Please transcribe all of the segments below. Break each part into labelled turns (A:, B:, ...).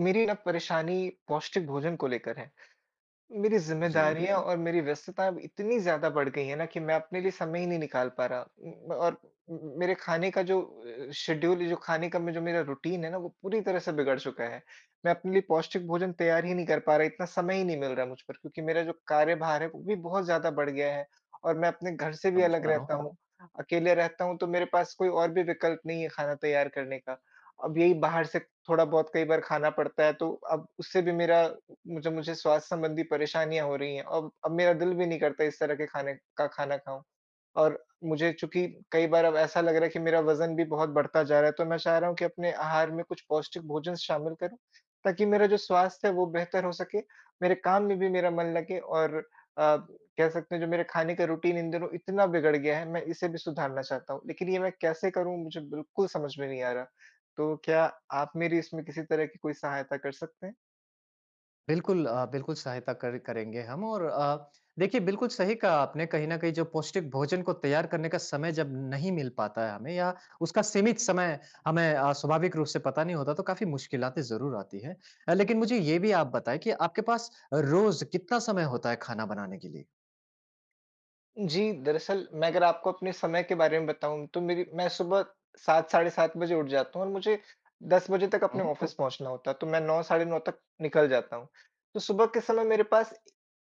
A: मेरी ना परेशानी पौष्टिक भोजन को लेकर है। मेरी
B: जी,
A: ज़िम्मेदारियाँ और मेरी व्यस्तताएँ अब इतनी ज़्यादा बढ़ गई हैं ना, कि मैं अपने लिए समय ही नहीं निकाल पा रहा। और म मेरे खाने का जो शेड्यूल, जो खाने का, मैं जो मेरा रूटीन है ना, वो पूरी तरह से बिगड़ चुका है। मैं अपने लिए पौष्टिक भोजन तैयार ही नहीं कर पा रहा, इतना समय ही नहीं मिल रहा मुझ पर, क्योंकि मेरा जो कार्यभार है वो भी बहुत ज़्यादा बढ़ गया है और मैं अपने घर से भी
B: समझ
A: अलग
B: पा रहा हूँ।
A: रहता हूँ। अकेले रहता हूँ, तो मेरे पास कोई और भी विकल्प नहीं है खाना तैयार करने का। अब यही बाहर से थोड़ा बहुत कई बार खाना पड़ता है, तो अब उससे भी मेरा मुझे मुझे स्वास्थ्य संबंधी परेशानियाँ हो रही हैं, और अब मेरा दिल भी नहीं करता इस तरह के खाने का खाना खाऊँ। और मुझे, चूँकि कई बार अब ऐसा लग रहा है कि मेरा वज़न भी बहुत बढ़ता जा रहा है, तो मैं चाह रहा हूँ कि अपने आहार में कुछ पौष्टिक भोजन शामिल करूँ, ताकि मेरा जो स्वास्थ्य है वो बेहतर हो सके, मेरे काम में भी मेरा मन लगे, और अ, कह सकते हैं, जो मेरे खाने का रूटीन इन दिनों इतना बिगड़ गया है, मैं इसे भी सुधारना चाहता हूँ। लेकिन ये मैं कैसे करूँ, मुझे बिल्कुल समझ में नहीं आ रहा। तो क्या आप मेरी इसमें किसी तरह की कोई सहायता कर सकते हैं?
B: बिल्कुल सहायता कर करेंगे हम और देखिए, बिल्कुल सही कहा आपने। कहीं न कहीं जो पौष्टिक भोजन को तैयार करने का समय जब नहीं मिल पाता है हमें, या उसका सीमित समय हमें स्वाभाविक रूप से पता नहीं होता, तो काफ़ी मुश्किलातें ज़रूर आती हैं। लेकिन मुझे ये भी आप बताएँ कि आपके पास रोज़ कितना समय होता है खाना बनाने के लिए?
A: जी, दरअसल मैं अगर आपको अपने समय के बारे में बताऊँ, तो मेरी मैं सुबह 7, साढ़े 7 बजे उठ जाता हूँ, और मुझे 10 बजे तक अपने
B: हुँ।
A: ऑफ़िस पहुँचना होता है, तो मैं 9, साढ़े 9 तक निकल जाता हूँ। तो सुबह के समय मेरे पास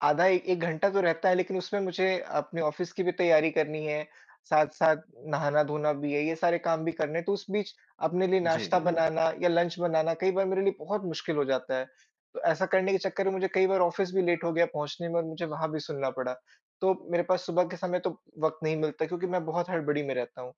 A: आधा 1 घंटा तो रहता है, लेकिन उसमें मुझे अपने ऑफ़िस की भी तैयारी करनी है, साथ-साथ नहाना-धोना भी है, ये सारे काम भी करने हैं, तो उस बीच अपने लिए
B: जी।
A: नाश्ता बनाना या लंच बनाना कई बार मेरे लिए बहुत मुश्किल हो जाता है। तो ऐसा करने के चक्कर में मुझे कई बार ऑफ़िस भी लेट हो गया पहुँचने में, और मुझे वहाँ भी सुनना पड़ा। तो मेरे पास सुबह के समय तो वक़्त नहीं मिलता, क्योंकि मैं बहुत हड़बड़ी में रहता हूँ।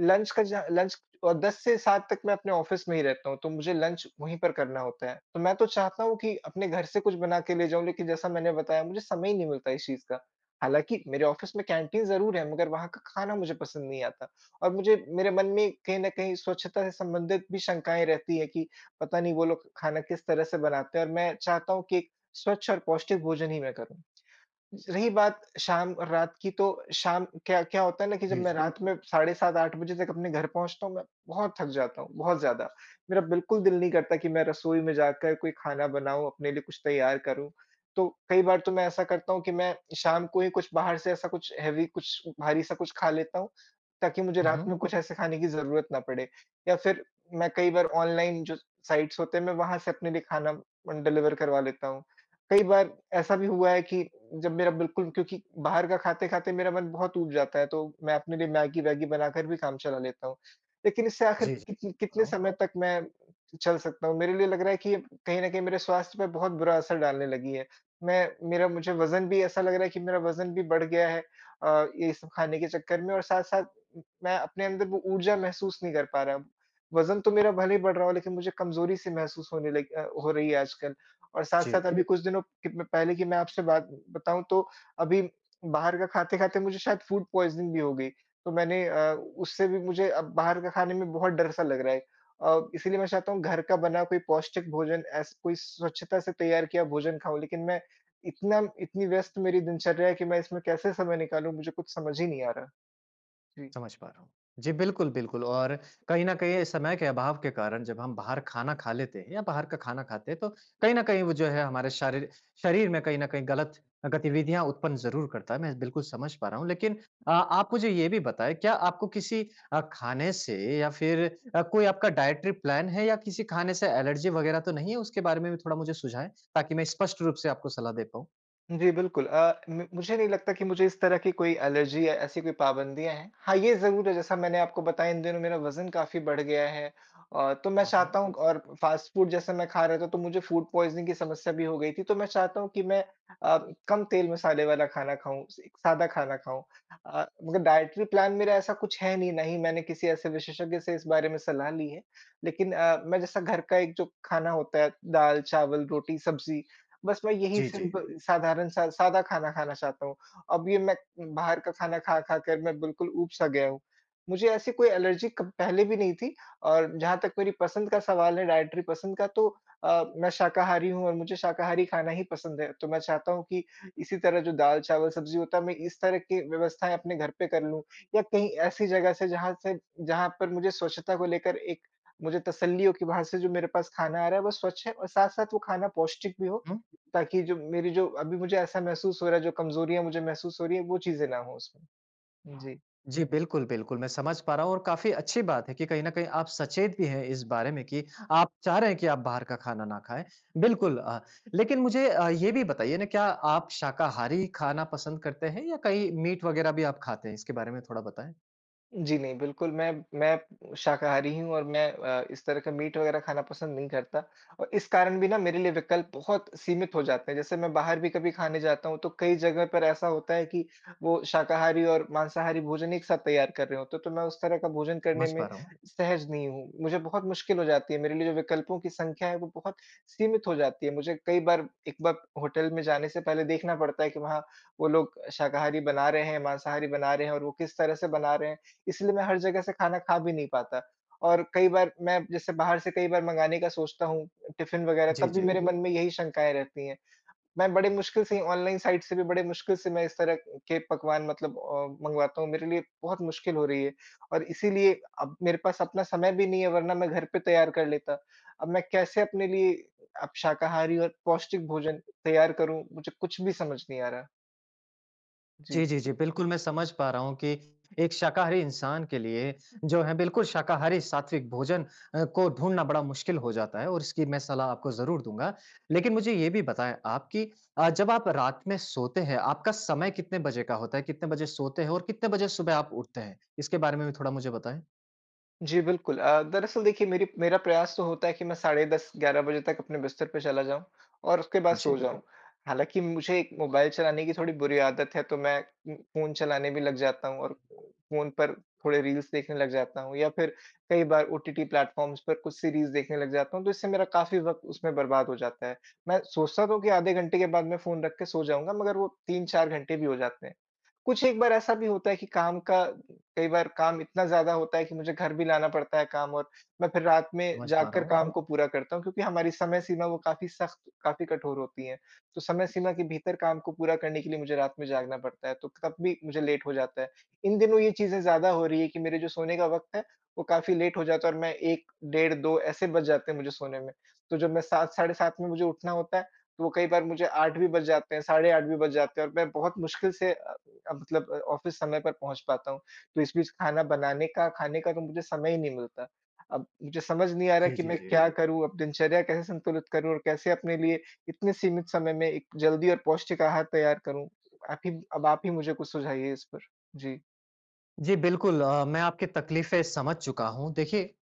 A: लंच का जा लंच 10 से 7 तक मैं अपने ऑफ़िस में ही रहता हूँ, तो मुझे लंच वहीं पर करना होता है। तो मैं तो चाहता हूँ कि अपने घर से कुछ बना के ले जाऊँ, लेकिन जैसा मैंने बताया, मुझे समय ही नहीं मिलता इस चीज़ का। हालाँकि मेरे ऑफ़िस में कैंटीन ज़रूर है, मगर वहाँ का खाना मुझे पसंद नहीं आता, और मुझे मेरे मन में कहीं न कहीं स्वच्छता से संबंधित भी शंकाएँ रहती हैं, कि पता नहीं वो लोग खाना किस तरह से बनाते हैं, और मैं चाहता हूँ कि एक स्वच्छ और पौष्टिक भोजन ही मैं करूँ। रही बात शाम और रात की, तो शाम क्या क्या होता है ना, कि जब
B: जी,
A: मैं
B: जी।
A: रात में साढ़े 7-8 बजे तक अपने घर पहुँचता हूँ, मैं बहुत थक जाता हूँ, बहुत ज़्यादा। मेरा बिल्कुल दिल नहीं करता कि मैं रसोई में जाकर कोई खाना बनाऊँ, अपने लिए कुछ तैयार करूँ। तो कई बार तो मैं ऐसा करता हूँ कि मैं शाम को ही कुछ बाहर से ऐसा कुछ हेवी, कुछ भारी सा कुछ खा लेता हूँ, ताकि मुझे
B: हुँ,
A: रात
B: हुँ।
A: में कुछ ऐसे खाने की ज़रूरत ना पड़े। या फिर मैं कई बार ऑनलाइन जो साइट्स होते हैं, मैं वहाँ से अपने लिए खाना डिलीवर करवा लेता हूँ। कई बार ऐसा भी हुआ है कि जब मेरा बिल्कुल, क्योंकि बाहर का खाते-खाते मेरा मन बहुत ऊब जाता है, तो मैं अपने लिए मैगी-वैगी बनाकर भी काम चला लेता हूँ। लेकिन इससे आखिर
B: जी, जी।
A: कितने
B: हाँ।
A: समय तक मैं चल सकता हूँ? मेरे लिए लग रहा है कि ये कहीं न कहीं मेरे स्वास्थ्य पे बहुत बुरा असर डालने लगी है। मैं मेरा मुझे वज़न भी ऐसा लग रहा है कि मेरा वज़न भी बढ़ गया है ये सब खाने के चक्कर में, और साथ-साथ मैं अपने अंदर वो ऊर्जा महसूस नहीं कर पा रहा हूँ। वज़न तो मेरा भले ही बढ़ रहा हो, लेकिन मुझे कमज़ोरी-सी महसूस होने हो रही है आजकल। और साथ-साथ
B: जी।
A: अभी कुछ दिनों कि मैं पहले की मैं आपसे बात बताऊँ, तो अभी बाहर का खाते-खाते मुझे शायद फूड पॉइज़निंग भी हो गई। तो मैंने उससे भी मुझे अब बाहर का खाने में बहुत डर-सा लग रहा है। इसीलिए मैं चाहता हूँ घर का बना कोई पौष्टिक भोजन, ऐस कोई स्वच्छता से तैयार किया भोजन खाऊँ, लेकिन मैं इतना इतनी व्यस्त मेरी दिनचर्या है कि मैं इसमें कैसे समय निकालूँ, मुझे कुछ समझ ही नहीं आ रहा। जी।
B: समझ पा रहा हूँ। जी, बिल्कुल, बिल्कुल। और कहीं न कहीं समय के अभाव के कारण जब हम बाहर खाना खा लेते हैं या बाहर का खाना खाते हैं, तो कहीं न कहीं वो जो है हमारे शारीर शरीर में कहीं न कहीं गलत गतिविधियाँ उत्पन्न ज़रूर करता है, मैं बिल्कुल समझ पा रहा हूँ। लेकिन आप मुझे ये भी बताएँ, क्या आपको किसी खाने से, या फिर कोई आपका डाइटरी प्लान है, या किसी खाने से एलर्जी वगैरह तो नहीं है? उसके बारे में भी थोड़ा मुझे सुझाएँ, ताकि मैं स्पष्ट रूप से आपको सलाह दे पाऊँ।
A: जी, बिल्कुल। म मुझे नहीं लगता कि मुझे इस तरह की कोई एलर्जी या ऐसी कोई पाबंदियाँ हैं। हाँ, ये ज़रूर है, जैसा मैंने आपको बताया, इन दिनों मेरा वज़न काफ़ी बढ़ गया है। तो मैं
B: हुँ, हुँ।
A: चाहता हूँ, और फ़ास्ट फ़ूड जैसे मैं खा रहा था तो मुझे फ़ूड पॉइज़निंग की समस्या भी हो गई थी। तो मैं चाहता हूँ कि मैं अ, कम तेल मसाले वाला खाना खाऊँ, स सादा खाना खाऊँ। मगर डाइटरी प्लान मेरा ऐसा कुछ है नहीं, ना ही मैंने किसी ऐसे विशेषज्ञ से इस बारे में सलाह ली है। लेकिन मैं जैसा घर का एक जो खाना होता है, दाल, चावल, रोटी, सब्ज़ी, बस मैं यही
B: जी, जी।
A: सिंपल, साधारण सा सादा खाना खाना चाहता हूँ। अब ये मैं बाहर का खाना खा-खा कर मैं बिल्कुल ऊब-सा गया हूँ। मुझे ऐसी कोई एलर्जी कब पहले भी नहीं थी, और जहाँ तक मेरी पसंद का सवाल है, डायटरी पसंद का, तो मैं शाकाहारी हूँ, और मुझे शाकाहारी खाना ही पसंद है। तो मैं चाहता हूँ कि इसी तरह जो दाल-चावल सब्ज़ी होता है, मैं इस तरह की व्यवस्थाएँ अपने घर पे कर लूँ, या कहीं ऐसी जगह से, जहाँ से, जहाँ पर मुझे स्वच्छता को लेकर एक, मुझे तसल्ली हो कि वहाँ से जो मेरे पास खाना आ रहा है वो स्वच्छ है, और साथ-साथ वो खाना पौष्टिक भी हो, ताकि जो मेरी, जो अभी मुझे ऐसा महसूस हो रहा है, जो कमज़ोरियाँ मुझे महसूस हो रही हैं, वो चीज़ें ना हो उसमें। जी।
B: जी, बिल्कुल, बिल्कुल, मैं समझ पा रहा हूँ। और काफ़ी अच्छी बात है कि कहीं न कहीं आप सचेत भी हैं इस बारे में कि आप चाह रहे हैं कि आप बाहर का खाना ना खाएँ। बिल्कुल। लेकिन मुझे ये भी बताइए ना, क्या आप शाकाहारी खाना पसंद करते हैं, या कहीं मीट वग़ैरह भी आप खाते हैं? इसके बारे में थोड़ा बताएँ?
A: जी नहीं, बिल्कुल मैं शाकाहारी ही हूँ, और मैं इस तरह का मीट वगैरह खाना पसंद नहीं करता, और इस कारण भी ना मेरे लिए विकल्प बहुत सीमित हो जाते हैं। जैसे मैं बाहर भी कभी खाने जाता हूँ, तो कई जगह पर ऐसा होता है कि वो शाकाहारी और मांसाहारी भोजन एक साथ तैयार कर रहे होते हैं, तो मैं उस तरह का भोजन करने
B: समझ
A: में
B: पा रहा हूँ।
A: सहज नहीं हूँ। मुझे बहुत मुश्किल हो जाती है, मेरे लिए जो विकल्पों की संख्या है, वो बहुत सीमित हो जाती है। मुझे कई बार, एक बार होटल में जाने से पहले देखना पड़ता है कि वहाँ वो लोग शाकाहारी बना रहे हैं, मांसाहारी बना रहे हैं और वो किस तरह से बना रहे हैं। इसलिए मैं हर जगह से खाना खा भी नहीं पाता। और कई बार मैं जैसे बाहर से कई बार मँगाने का सोचता हूँ, टिफ़िन वग़ैरह, तब
B: जी,
A: भी
B: जी।
A: मेरे हुँ। मन में यही शंकाएँ रहती हैं। मैं बड़े मुश्किल से ही ऑनलाइन साइट से भी, बड़े मुश्किल से मैं इस तरह के पकवान, मतलब मँगवाता हूँ, मेरे लिए बहुत मुश्किल हो रही है। और इसीलिए अब मेरे पास अपना समय भी नहीं है, वरना मैं घर पे तैयार कर लेता। अब मैं कैसे अपने लिए, अब शाकाहारी और पौष्टिक भोजन तैयार करूँ? मुझे कुछ भी समझ नहीं आ रहा।
B: जी,
A: जी।
B: जी, जी। बिल्कुल, मैं समझ पा रहा हूँ कि एक शाकाहारी इंसान के लिए जो है बिल्कुल शाकाहारी सात्विक भोजन को ढूँढना बड़ा मुश्किल हो जाता है, और इसकी मैं सलाह आपको ज़रूर दूँगा। लेकिन मुझे ये भी बताएँ आप कि जब आप रात में सोते हैं, आपका समय कितने बजे का होता है? कितने बजे सोते हैं और कितने बजे सुबह आप उठते हैं? इसके बारे में भी थोड़ा मुझे बताएँ।
A: जी, बिल्कुल। दरअसल देखिए, मेरी मेरा प्रयास तो होता है कि मैं साढ़े 10-11 बजे तक अपने बिस्तर पे चला जाऊँ, और उसके बाद सो
B: जी,
A: हुँ, हुँ। जाऊँ। हालाँकि मुझे एक मोबाइल चलाने की थोड़ी बुरी आदत है, तो मैं फ़ोन चलाने भी लग जाता हूँ, और फ़ोन पर थोड़े रील्स देखने लग जाता हूँ, या फिर कई बार ओटीटी प्लेटफ़ॉर्म्स पर कुछ सीरीज़ देखने लग जाता हूँ, तो इससे मेरा काफ़ी वक़्त उसमें बर्बाद हो जाता है। मैं सोचता तो हूँ कि आधे घंटे के बाद मैं फ़ोन रख के सो जाऊँगा, मगर वो 3-4 घंटे भी हो जाते हैं। कुछ एक बार ऐसा भी होता है कि काम का, कई बार काम इतना ज़्यादा होता है कि मुझे घर भी लाना पड़ता है काम, और मैं फिर रात में
B: समझ पा रहा
A: जागकर
B: हूँ।
A: काम को पूरा करता हूँ, क्योंकि हमारी समय सीमा वो काफ़ी सख्त, काफ़ी कठोर होती है। तो समय सीमा के भीतर काम को पूरा करने के लिए मुझे रात में जागना पड़ता है, तो तब भी मुझे लेट हो जाता है। इन दिनों ये चीज़ें ज़्यादा हो रही है कि मेरे जो सोने का वक़्त है, वो काफ़ी लेट हो जाता है, और मैं 1, डेढ़, 2 ऐसे बज जाते हैं मुझे सोने में। तो जब मैं 7, साढ़े 7 में मुझे उठना होता है, तो वो कई बार मुझे 8 भी बज जाते हैं, साढ़े 8 भी बज जाते हैं, और मैं बहुत मुश्किल से मतलब ऑफ़िस समय पर पहुँच पाता हूँ। तो इस बीच खाना बनाने का, खाने का तो मुझे समय ही नहीं मिलता। अब मुझे समझ नहीं आ रहा
B: जी,
A: कि
B: जी,
A: मैं
B: जी।
A: क्या, बिल्कुल, करूँ, अब दिनचर्या कैसे संतुलित करूँ और कैसे अपने लिए इतने सीमित समय में एक जल्दी और पौष्टिक आहार तैयार करूँ? आप ही, अब आप ही मुझे कुछ सुझाइए इस पर। जी,
B: जी, बिल्कुल। मैं आपकी तकलीफ़ें समझ चुका हूँ। देखिए,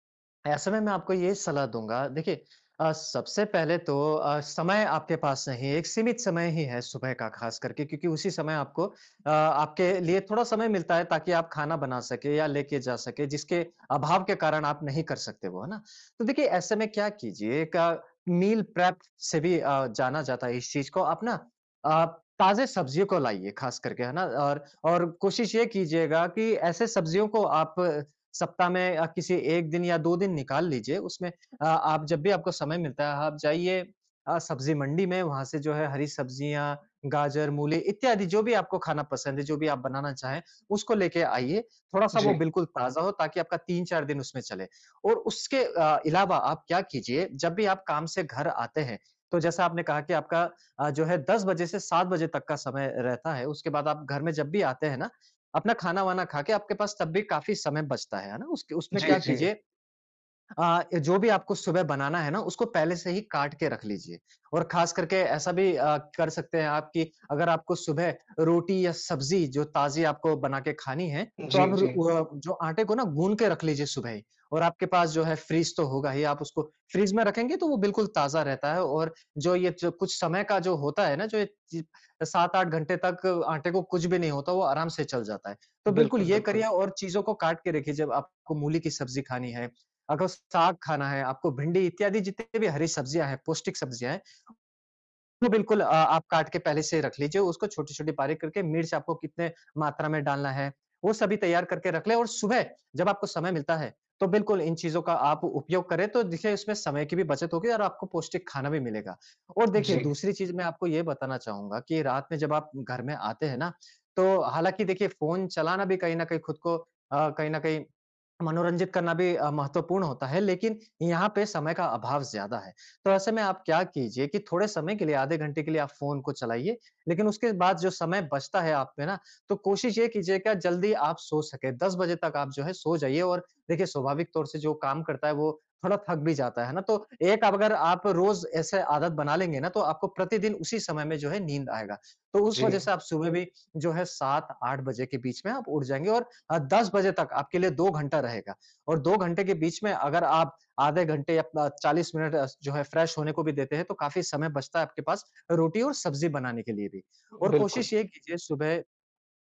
B: ऐसे में मैं आपको ये सलाह दूँगा। देखिए, सबसे पहले तो समय आपके पास नहीं है, एक सीमित समय ही है सुबह का ख़ास करके, क्योंकि उसी समय आपके लिए थोड़ा समय मिलता है ताकि आप खाना बना सकें या लेके जा सकें, जिसके अभाव के कारण आप नहीं कर सकते वो, है ना? तो देखिए, ऐसे में क्या कीजिए, एक मील प्रेप से भी जाना जाता है इस चीज़ को। आप ना अ, ताज़े सब्जियों को लाइए ख़ास करके, है ना? और कोशिश ये कीजिएगा कि ऐसे सब्जियों को आप सप्ताह में किसी 1 दिन या 2 दिन निकाल लीजिए। उसमें आप जब भी आपको समय मिलता है आप जाइए, सब्जी मंडी में। वहाँ से जो है हरी सब्जियाँ, गाजर, मूली इत्यादि जो भी आपको खाना पसंद है, जो भी आप बनाना चाहें, उसको लेके आइए। थोड़ा-सा
A: जी,
B: वो बिल्कुल ताज़ा हो ताकि आपका 3-4 दिन उसमें चले। और उसके इलावा आप क्या कीजिए, जब भी आप काम से घर आते हैं, तो जैसा आपने कहा कि आपका जो है 10 बजे से 7 बजे तक का समय रहता है। उसके बाद आप घर में जब भी आते हैं ना, अपना खाना-वाना खा के आपके पास तब भी काफ़ी समय बचता है ना? उसके उसमें
A: जी,
B: क्या
A: जी,
B: कीजिए, जो भी आपको सुबह बनाना है ना, उसको पहले से ही काट के रख लीजिए। और ख़ास करके ऐसा भी कर सकते हैं आप, कि अगर आपको सुबह रोटी या सब्ज़ी जो ताज़ी आपको बना के खानी है, तो
A: जी,
B: आप
A: जी।
B: जो आटे को ना गूँध के रख लीजिए सुबह ही। और आपके पास जो है फ्रीज़ तो होगा ही, आप उसको फ्रीज़ में रखेंगे तो वो बिल्कुल ताज़ा रहता है। और जो ये जो कुछ समय का जो होता है ना, जो ये चि 7-8 घंटे तक आटे को कुछ भी नहीं होता, वो आराम से चल जाता है। तो बिल्कुल
A: बिल्कुल,
B: ये
A: बिल्कुल।
B: करिए और चीज़ों को काट के रखिए। जब आपको मूली की सब्ज़ी खानी है, अगर साग खाना है, आपको भिंडी इत्यादि जितने भी हरी सब्जियाँ हैं, पौष्टिक सब्जियाँ हैं, तो बिल्कुल आप काट के पहले से रख लीजिए, उसको छोटी-छोटी बारीक करके। मिर्च आपको कितने मात्रा में डालना है, वो सभी तैयार करके रख लें। और सुबह जब आपको समय मिलता है, तो बिल्कुल इन चीज़ों का आप उपयोग करें, तो देखिए इसमें समय की भी बचत होगी और आपको पौष्टिक खाना भी मिलेगा। और देखिए
A: जी,
B: दूसरी चीज़ मैं आपको ये बताना चाहूँगा कि रात में जब आप घर में आते हैं ना, तो हालाँकि देखिए, फ़ोन चलाना भी कहीं न कहीं खुद को कहीं न कहीं मनोरंजित करना भी महत्वपूर्ण होता है, लेकिन यहाँ पे समय का अभाव ज़्यादा है। तो ऐसे में आप क्या कीजिए कि थोड़े समय के लिए, आधे घंटे के लिए आप फ़ोन को चलाइए, लेकिन उसके बाद जो समय बचता है आप में ना, तो कोशिश ये कीजिएगा जल्दी आप सो सकें। 10 बजे तक आप जो है सो जाइए, और देखिए स्वाभाविक तौर से जो काम करता है वो थोड़ा थक भी जाता है ना, तो एक, आप अगर आप रोज़ ऐसे आदत बना लेंगे ना, तो आपको प्रतिदिन उसी समय में जो है नींद आएगा। तो उस
A: जी,
B: वज़ह से आप सुबह भी जो है 7-8 बजे के बीच में आप उठ जाएँगे, और 10 बजे तक आपके लिए 2 घंटा रहेगा। और 2 घंटे के बीच में अगर आप आधे घंटे या प 40 मिनट जो है फ्रेश होने को भी देते हैं, तो काफ़ी समय बचता है आपके पास रोटी और सब्ज़ी बनाने के लिए भी। और
A: बिल्कुल।
B: कोशिश ये कीजिए सुबह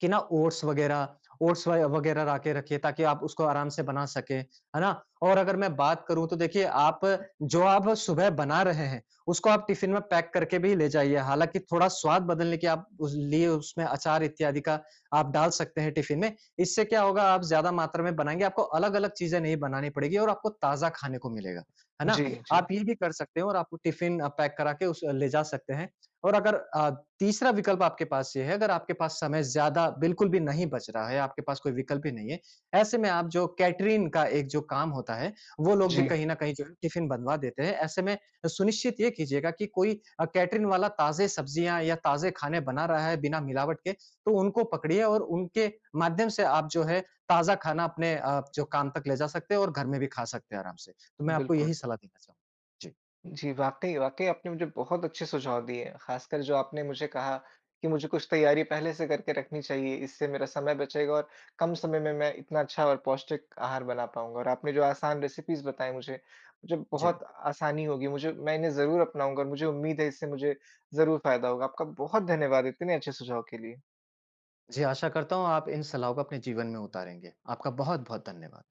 B: कि ना, ओट्स वगैरह ओट्स व वगैरह ला के रखिए ताकि आप उसको आराम से बना सकें, है ना? और अगर मैं बात करूँ तो देखिए, आप जो आप सुबह बना रहे हैं, उसको आप टिफ़िन में पैक करके भी ले जाइए। हालाँकि थोड़ा स्वाद बदलने के आप उस लिए उसमें अचार इत्यादि का आप डाल सकते हैं टिफ़िन में। इससे क्या होगा, आप ज़्यादा मात्रा में बनाएँगे, आपको अलग-अलग चीज़ें नहीं बनानी पड़ेगी और आपको ताज़ा खाने को मिलेगा, है ना?
A: जी, जी,
B: आप ये भी कर सकते हो, और आपको टिफ़िन पैक करा के उस ले जा सकते हैं। और अगर अ, तीसरा विकल्प आपके पास ये है, अगर आपके पास समय ज़्यादा बिल्कुल भी नहीं बच रहा है, आपके पास कोई विकल्प ही नहीं है, ऐसे में आप जो कैटरिंग का एक जो काम होता है, वो लोग
A: जी,
B: भी कहीं न कहीं जो है टिफ़िन बनवा देते हैं। ऐसे में सुनिश्चित ये कीजिएगा कि कोई कैटरिंग वाला ताज़े सब्जियाँ या ताज़े खाने बना रहा है बिना मिलावट के, तो उनको पकड़िए और उनके माध्यम से आप जो है ताज़ा खाना अपने जो काम तक ले जा सकते हैं और घर में भी खा सकते हैं आराम से। तो मैं आपको
A: बिल्कुल।
B: यही सलाह देना चाहूँगा।
A: जी, वाक़ई, वाक़ई आपने मुझे बहुत अच्छे सुझाव दिए हैं। ख़ासकर जो आपने मुझे कहा कि मुझे कुछ तैयारी पहले से करके रखनी चाहिए, इससे मेरा समय बचेगा, और कम समय में मैं इतना अच्छा और पौष्टिक आहार बना पाऊँगा। और आपने जो आसान रेसिपीज़ बताई मुझे, मुझे
B: जी। जी।
A: बहुत आसानी होगी, मुझे मैं इन्हें ज़रूर अपनाऊँगा, और मुझे उम्मीद है इससे मुझे ज़रूर फ़ायदा होगा। आपका बहुत धन्यवाद इतने अच्छे सुझाव के लिए।
B: जी, आशा करता हूँ आप इन सलाहों को अपने जीवन में उतारेंगे। आपका बहुत-बहुत धन्यवाद।